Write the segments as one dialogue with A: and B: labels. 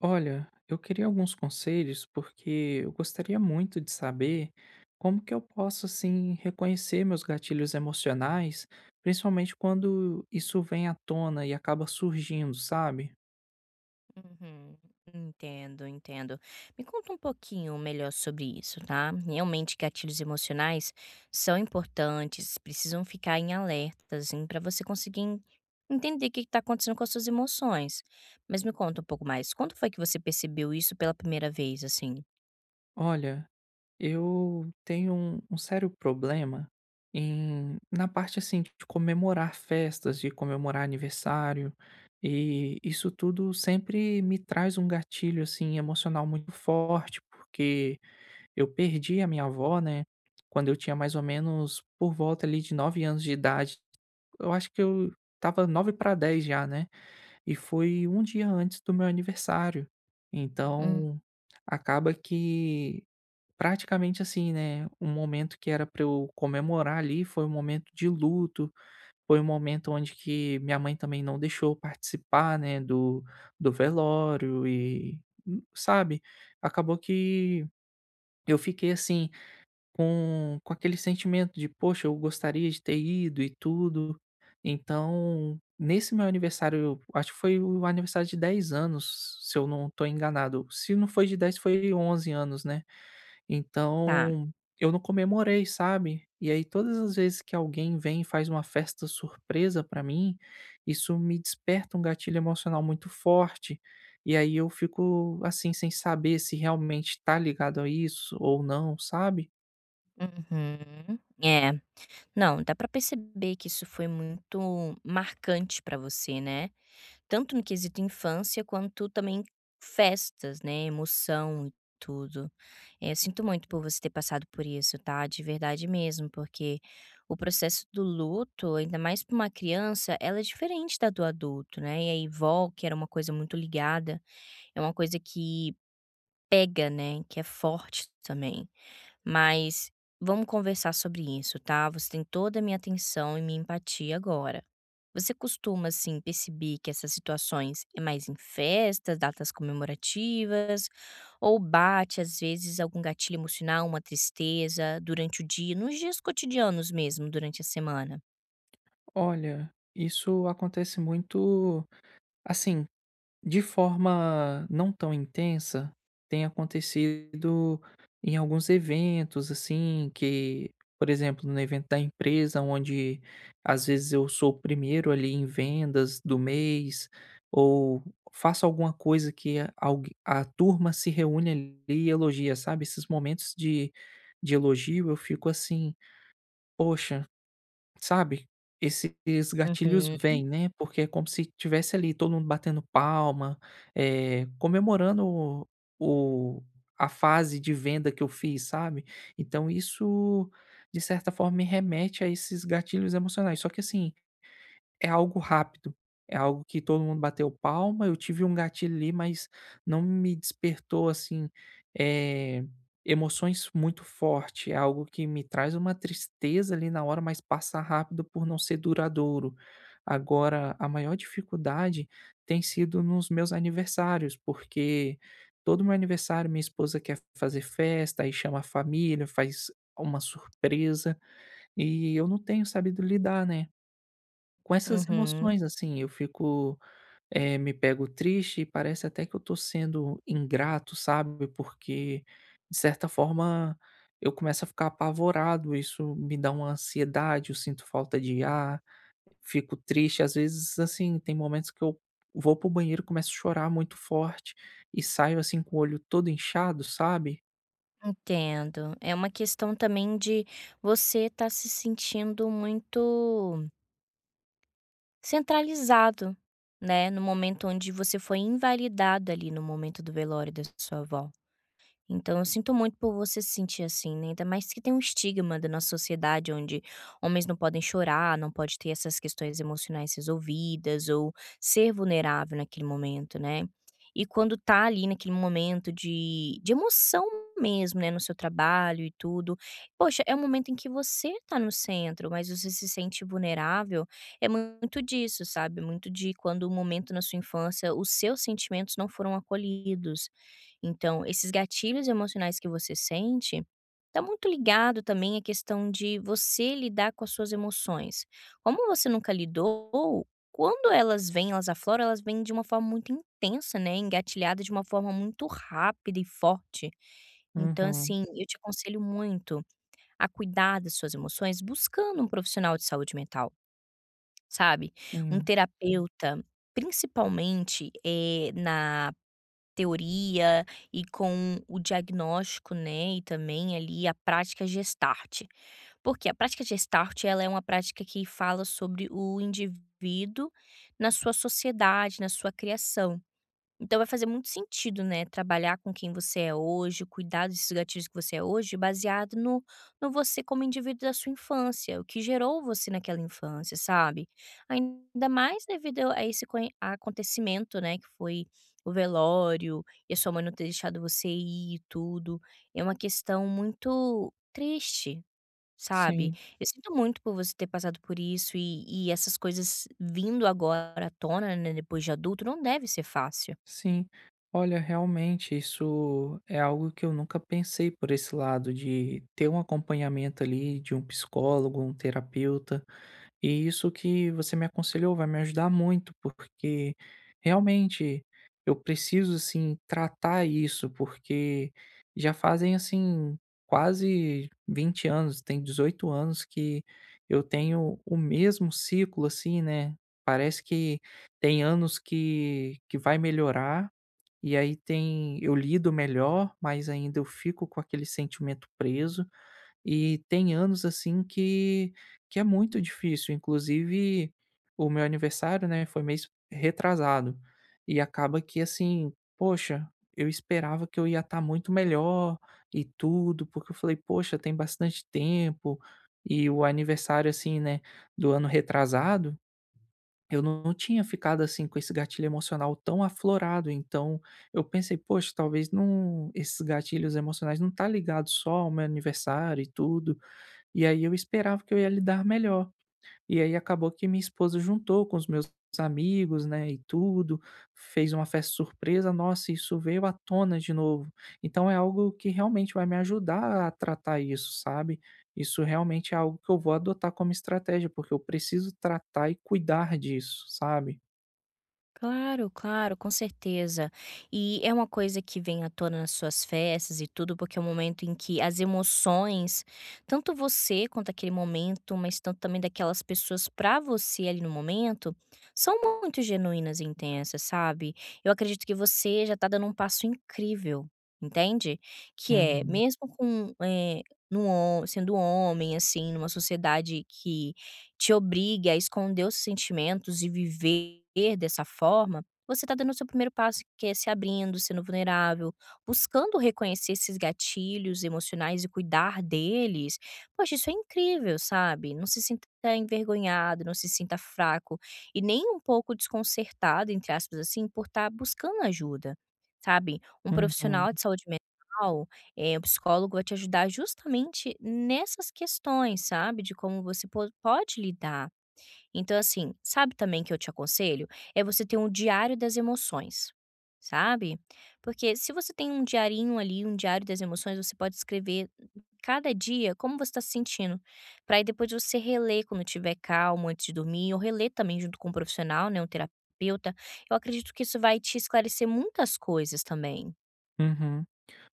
A: Olha, eu queria alguns conselhos porque eu gostaria muito de saber como que eu posso assim reconhecer meus gatilhos emocionais, principalmente quando isso vem à tona e acaba surgindo, sabe?
B: Uhum, entendo, entendo. Me conta um pouquinho melhor sobre isso, tá? Realmente, gatilhos emocionais são importantes, precisam ficar em alerta, assim, para você conseguir entender o que está acontecendo com as suas emoções. Mas me conta um pouco mais. Quando foi que você percebeu isso pela primeira vez, assim?
A: Olha, eu tenho um sério problema na parte assim de comemorar festas, de comemorar aniversário, e isso tudo sempre me traz um gatilho assim emocional muito forte, porque eu perdi a minha avó, né, quando eu tinha mais ou menos por volta ali de 9 anos de idade. Eu acho que eu tava 9 para 10 já, né, e foi um dia antes do meu aniversário.
B: Hum,
A: Então, acaba que praticamente assim, né, um momento que era para eu comemorar ali foi um momento de luto, foi um momento onde que minha mãe também não deixou eu participar, né, do velório e, sabe, acabou que eu fiquei assim com aquele sentimento de: "Poxa, eu gostaria de ter ido e tudo". Então, nesse meu aniversário, eu acho que foi o aniversário de 10 anos, se eu não estou enganado. Se não foi de 10 foi 11 anos, né.
B: tá.
A: Então, eu não comemorei, sabe. E aí todas as vezes que alguém vem e faz uma festa surpresa para mim, isso me desperta um gatilho emocional muito forte. E aí eu fico, assim, sem saber se realmente tá ligado a isso ou não, sabe.
B: Uhum. É, não, dá para perceber que isso foi muito marcante para você, né? Tanto no quesito infância, quanto também festas, né, emoção e tudo. Eu sinto muito por você ter passado por isso, tá, de verdade mesmo, porque o processo do luto, ainda mais para uma criança, ela é diferente da do adulto, né, e aí vó, que era uma coisa muito ligada, é uma coisa que pega, né, que é forte também. Mas vamos conversar sobre isso, tá? Você tem toda a minha atenção e minha empatia agora. Você costuma, assim, perceber que essas situações é mais em festas, datas comemorativas, ou bate, às vezes, algum gatilho emocional, uma tristeza durante o dia, nos dias cotidianos mesmo, durante a semana?
A: Olha, isso acontece muito, assim, de forma não tão intensa, tem acontecido em alguns eventos, assim, que, por exemplo, no evento da empresa, onde às vezes eu sou o primeiro ali em vendas do mês, ou faço alguma coisa que a turma se reúne ali e elogia, sabe? Esses momentos de elogio, eu fico assim, poxa. Sabe, esses gatilhos
B: Uhum,
A: vêm, né, porque é como se tivesse ali todo mundo batendo palma, comemorando o a fase de venda que eu fiz, sabe. Então isso, de certa forma, me remete a esses gatilhos emocionais. Só que assim, é algo rápido, é algo que todo mundo bateu palma, eu tive um gatilho ali, mas não me despertou, assim, eh, emoções muito forte, é algo que me traz uma tristeza ali na hora, mas passa rápido por não ser duradouro. Agora, a maior dificuldade tem sido nos meus aniversários, porque todo meu aniversário minha esposa quer fazer festa, aí chama a família, faz uma surpresa, e eu não tenho sabido lidar, né. Com essas
B: uhum.
A: emoções, assim, eu fico, me pego triste e parece até que eu tô sendo ingrato, sabe, porque, de certa forma, eu começo a ficar apavorado, isso me dá uma ansiedade, eu sinto falta de ar, fico triste. Às vezes, assim, tem momentos que eu vou pro banheiro, começo a chorar muito forte e saio, assim, com o olho todo inchado, sabe.
B: Entendo. É uma questão também de você estar se sentindo muito centralizado, né, no momento onde você foi invalidado ali no momento do velório da sua avó. Então, eu sinto muito por você se sentir assim, né? Ainda mais que tem um estigma da nossa sociedade onde homens não podem chorar, não pode ter essas questões emocionais resolvidas ou ser vulnerável naquele momento, né? E quando tá ali naquele momento de emoção mesmo, né, no seu trabalho e tudo, poxa, é um momento em que você tá no centro, mas você se sente vulnerável, é muito disso, sabe? Muito de quando o momento na sua infância, os seus sentimentos não foram acolhidos. Então, esses gatilhos emocionais que você sente, está muito ligado também à questão de você lidar com as suas emoções. Como você nunca lidou, quando elas vêm, elas afloram, elas vêm de uma forma muito intensa, né, engatilhada de uma forma muito rápida e forte. Então,
A: Uhum,
B: assim, eu te aconselho muito a cuidar das suas emoções buscando um profissional de saúde mental, sabe? Um
A: sim,
B: terapeuta, principalmente, na teoria e com o diagnóstico, né, e também ali a prática Gestart. Porque a prática Gestart, ela é uma prática que fala sobre o indivíduo na sua sociedade, na sua criação. Então vai fazer muito sentido, né, trabalhar com quem você é hoje, cuidar desses gatilhos que você é hoje, baseado no você como indivíduo da sua infância, o que gerou você naquela infância, sabe. Ainda mais devido a esse conhe acontecimento, né, que foi o velório e a sua mãe não ter deixado você ir e tudo. É uma questão muito triste, sabe.
A: sim.
B: Eu sinto muito por você ter passado por isso e essas coisas vindo agora à tona, né, depois de adulto, não deve ser fácil.
A: Sim, olha, realmente isso é algo que eu nunca pensei por esse lado de ter um acompanhamento ali de um psicólogo, um terapeuta. E isso que você me aconselhou vai me ajudar muito, porque realmente eu preciso assim tratar isso, porque já fazem assim quase 20 anos, tem 18 anos que eu tenho o mesmo ciclo assim, né? Parece que tem anos que vai melhorar e aí tem eu lido melhor, mas ainda eu fico com aquele sentimento preso. E tem anos, assim, que é muito difícil, inclusive o meu aniversário, né, foi mês retrasado, e acaba que, assim, poxa, eu esperava que eu ia estar muito melhor e tudo, porque eu falei: "Poxa, tem bastante tempo", e o aniversário, assim, né, do ano retrasado, eu não tinha ficado, assim, com esse gatilho emocional tão aflorado, então eu pensei: "Poxa, talvez não esses gatilhos emocionais não tá ligado só ao meu aniversário e tudo, e aí eu esperava que eu ia lidar melhor. E aí acabou que minha esposa juntou com os meus amigos, né, e tudo, fez uma festa surpresa. Nossa, isso veio à tona de novo. Então é algo que realmente vai me ajudar a tratar isso, sabe? Isso realmente é algo que eu vou adotar como estratégia, porque eu preciso tratar e cuidar disso, sabe?
B: Claro, claro, com certeza. E é uma coisa que vem à tona nas suas festas e tudo, porque é um momento em que as emoções, tanto você quanto aquele momento, mas tanto também daquelas pessoas pra você ali no momento, são muito genuínas e intensas, sabe? Eu acredito que você já tá dando um passo incrível, entende? Que é,
A: Uhum,
B: mesmo com, no hom- sendo homem, assim, numa sociedade que te obrigue a esconder os sentimentos e viver dessa forma, você está dando o seu primeiro passo, que é se abrindo, sendo vulnerável, buscando reconhecer esses gatilhos emocionais e cuidar deles. Poxa, isso é incrível, sabe? Não se sinta envergonhado, não se sinta fraco e nem um pouco desconcertado, entre aspas, assim, por estar buscando ajuda, sabe? Um
A: uhum,
B: profissional de saúde mental, o psicólogo vai te ajudar justamente nessas questões, sabe, de como você po pode lidar. Então, assim, sabe também que eu te aconselho? É você ter um diário das emoções, sabe. Porque se você tem um diarinho ali, um diário das emoções, você pode escrever cada dia como você está se sentindo, para aí depois você reler quando tiver calmo antes de dormir ou reler também junto com um profissional, né, um terapeuta. Eu acredito que isso vai te esclarecer muitas coisas também.
A: uhum.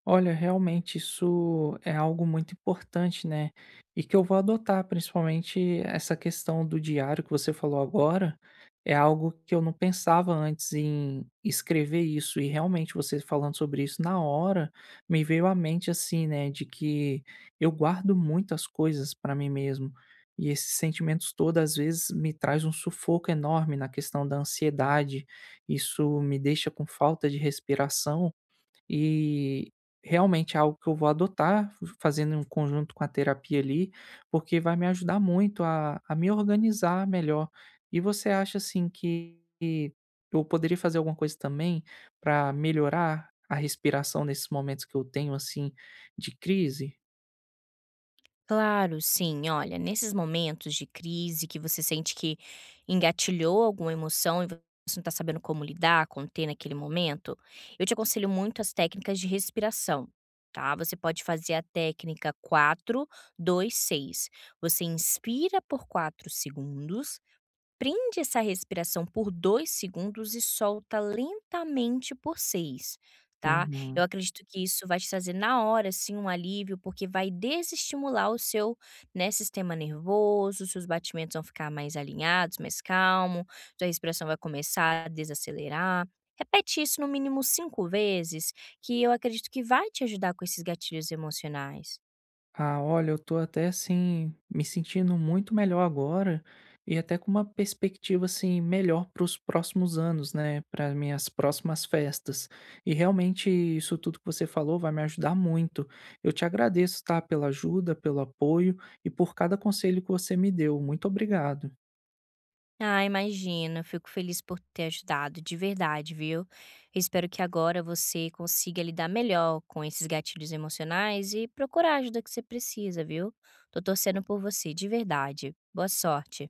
A: Olha, realmente isso é algo muito importante, né? E que eu vou adotar, principalmente essa questão do diário que você falou agora, é algo que eu não pensava antes em escrever isso. E realmente você falando sobre isso na hora, me veio à mente assim, né, de que eu guardo muitas coisas para mim mesmo. E esses sentimentos todos, às vezes, me traz um sufoco enorme na questão da ansiedade. Isso me deixa com falta de respiração e realmente é algo que eu vou adotar, f fazendo em conjunto com a terapia ali, porque vai me ajudar muito a me organizar melhor. E você acha, assim, que eu poderia fazer alguma coisa também para melhorar a respiração nesses momentos que eu tenho, assim, de crise?
B: Claro, sim. Olha, nesses momentos de crise que você sente que engatilhou alguma emoção e você não está sabendo como lidar, conter naquele momento, eu te aconselho muito as técnicas de respiração, tá? Você pode fazer a técnica 4-2-6. Você inspira por 4 segundos, prende essa respiração por 2 segundos e solta lentamente por 6, tá. Eu
A: Uhum.
B: acredito que isso vai te trazer na hora, assim, um alívio, porque vai desestimular o seu, né, sistema nervoso, seus batimentos vão ficar mais alinhados, mais calmo, sua respiração vai começar a desacelerar. Repete isso no mínimo 5 vezes, que eu acredito que vai te ajudar com esses gatilhos emocionais.
A: Ah, olha, eu tô até assim, me sentindo muito melhor agora e até com uma perspectiva assim melhor para os próximos anos, né? Para minhas próximas festas. E realmente isso tudo que você falou vai me ajudar muito. Eu te agradeço, tá? Pela ajuda, pelo apoio e por cada conselho que você me deu. Muito obrigado.
B: Ah, imagino. Fico feliz por ter ajudado, de verdade, viu? Espero que agora você consiga lidar melhor com esses gatilhos emocionais e procurar a ajuda que você precisa, viu? Tô torcendo por você, de verdade. Boa sorte.